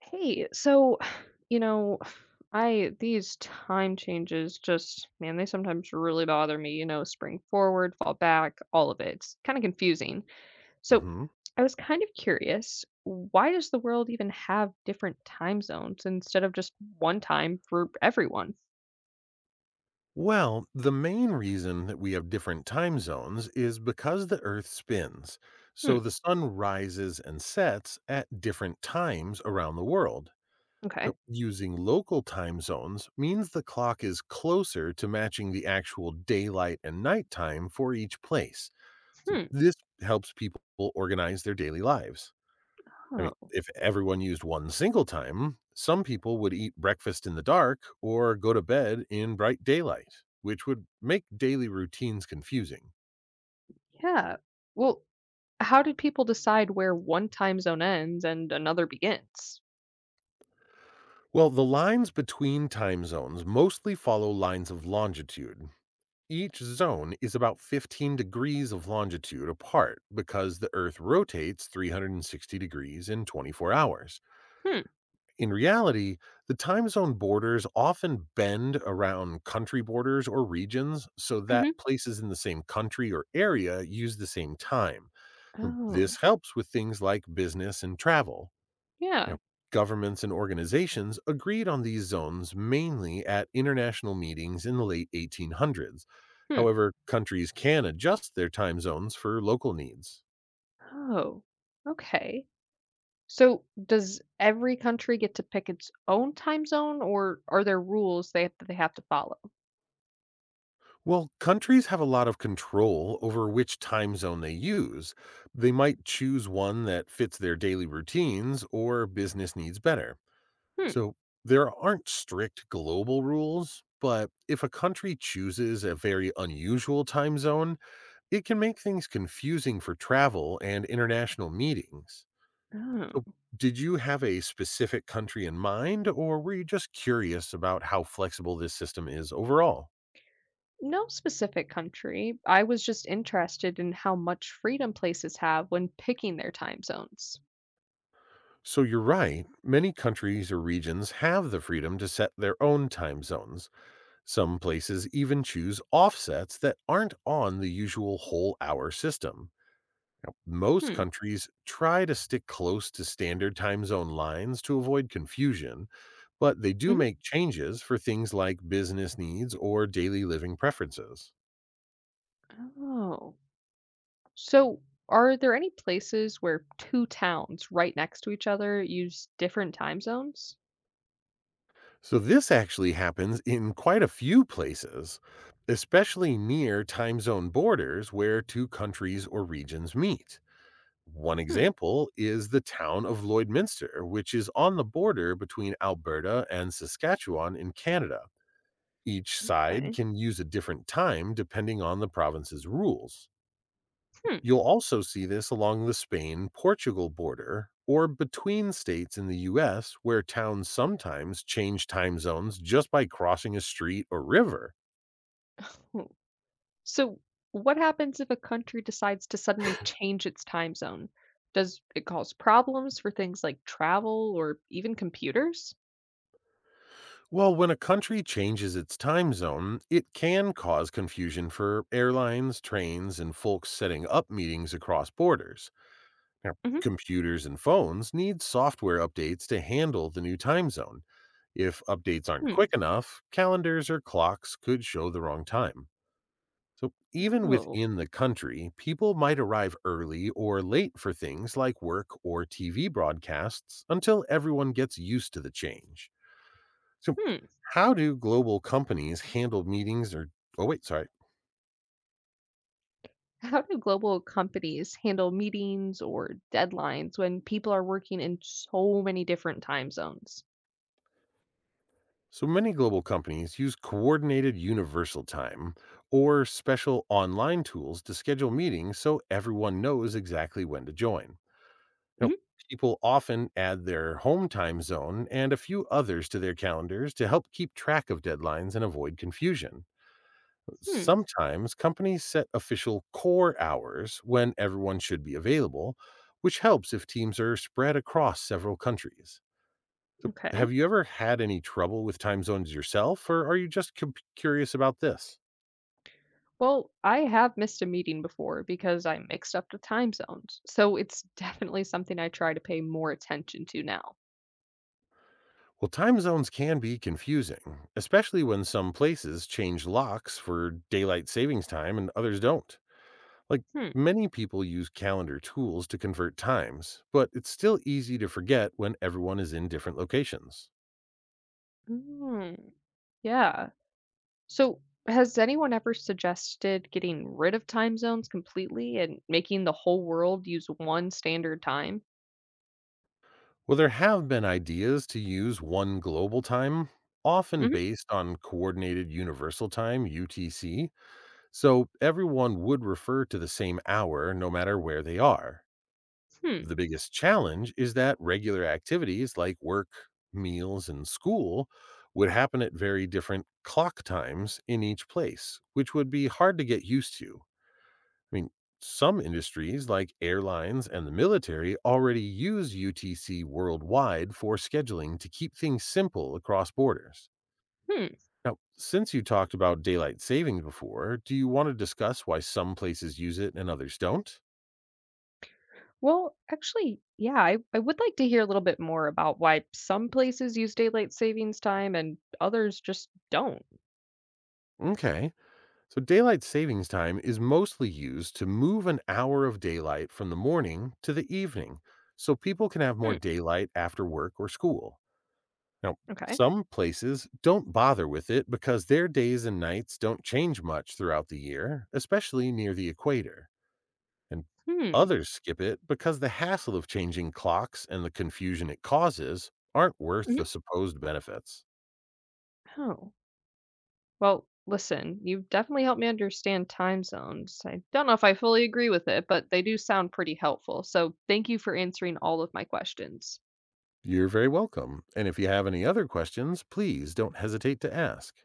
Hey, you know, I these time changes just, man, they sometimes really bother me, spring forward, fall back, all of it. It's kind of confusing. So, Mhm. I was kind of curious, why does the world even have different time zones instead of just one time for everyone? Well, the main reason that we have different time zones is because the Earth spins. So Hmm, the sun rises and sets at different times around the world. okay. So using local time zones means the clock is closer to matching the actual daylight and nighttime for each place. So Hmm. this helps people organize their daily lives. I mean, Oh, if everyone used one single time, some people would eat breakfast in the dark or go to bed in bright daylight, which would make daily routines confusing. yeah. Well, how did people decide where one time zone ends and another begins? Well, the lines between time zones mostly follow lines of longitude. Each zone is about 15 degrees of longitude apart because the Earth rotates 360 degrees in 24 hours. Hmm. In reality, the time zone borders often bend around country borders or regions so that Mm-hmm. places in the same country or area use the same time. Oh, This helps with things like business and travel. yeah. Now, governments and organizations agreed on these zones mainly at international meetings in the late 1800s. Hmm. However, countries can adjust their time zones for local needs. Oh, okay. So does every country get to pick its own time zone, or are there rules they that they have to follow? Well, countries have a lot of control over which time zone they use. They might choose one that fits their daily routines or business needs better. Hmm. So there aren't strict global rules, but if a country chooses a very unusual time zone, it can make things confusing for travel and international meetings. So, Oh. did you have a specific country in mind, or were you just curious about how flexible this system is overall? No specific country. I was just interested in how much freedom places have when picking their time zones. So, you're right, many countries or regions have the freedom to set their own time zones. Some places even choose offsets that aren't on the usual whole hour system. Most Hmm. countries try to stick close to standard time zone lines to avoid confusion, but they do make Hmm. changes for things like business needs or daily living preferences. Oh. So are there any places where two towns right next to each other use different time zones? So, this actually happens in quite a few places, especially near time zone borders where two countries or regions meet. One Hmm. example is the town of Lloydminster, which is on the border between Alberta and Saskatchewan in Canada. Each side Okay. can use a different time depending on the province's rules. Hmm. You'll also see this along the Spain Portugal border or between states in the US, where towns sometimes change time zones just by crossing a street or river. So, what happens if a country decides to suddenly change its time zone? Does it cause problems for things like travel or even computers? Well, when a country changes its time zone, it can cause confusion for airlines, trains, and folks setting up meetings across borders. Now, Hmm. computers and phones need software updates to handle the new time zone. If updates aren't Hmm. quick enough, calendars or clocks could show the wrong time. So, even Oh, within the country, people might arrive early or late for things like work or TV broadcasts until everyone gets used to the change. So, hmm. how do global companies handle meetings or, oh, wait, sorry. How do global companies handle meetings or deadlines when people are working in so many different time zones? So, many global companies use coordinated universal time or special online tools to schedule meetings so everyone knows exactly when to join. know, Hmm People often add their home time zone and a few others to their calendars to help keep track of deadlines and avoid confusion. Hmm. Sometimes companies set official core hours when everyone should be available, which helps if teams are spread across several countries. So, Okay. have you ever had any trouble with time zones yourself, or are you just curious about this? Well, I have missed a meeting before because I mixed up the time zones. So it's definitely something I try to pay more attention to now. Well, time zones can be confusing, especially when some places change locks for daylight savings time and others don't. Like Hmm. many people use calendar tools to convert times, but it's still easy to forget when everyone is in different locations. Mm, yeah. So, has anyone ever suggested getting rid of time zones completely and making the whole world use one standard time? Well, there have been ideas to use one global time, often Hmm based on Coordinated Universal Time, UTC, so everyone would refer to the same hour no matter where they are. Hmm. The biggest challenge is that regular activities like work, meals, and school would happen at very different clock times in each place, which would be hard to get used to. I mean, some industries like airlines and the military already use UTC worldwide for scheduling to keep things simple across borders. Hmm. Now, since you talked about daylight savings before, do you want to discuss why some places use it and others don't? Well, actually, yeah, I would like to hear a little bit more about why some places use daylight savings time and others just don't. Okay. So, daylight savings time is mostly used to move an hour of daylight from the morning to the evening so people can have more Hmm. daylight after work or school. Now, Okay. some places don't bother with it because their days and nights don't change much throughout the year, especially near the equator. And Hmm. others skip it because the hassle of changing clocks and the confusion it causes aren't worth Hmm. the supposed benefits. Oh. Well, listen, you've definitely helped me understand time zones. I don't know if I fully agree with it, but they do sound pretty helpful. So, thank you for answering all of my questions. You're very welcome. And if you have any other questions, please don't hesitate to ask.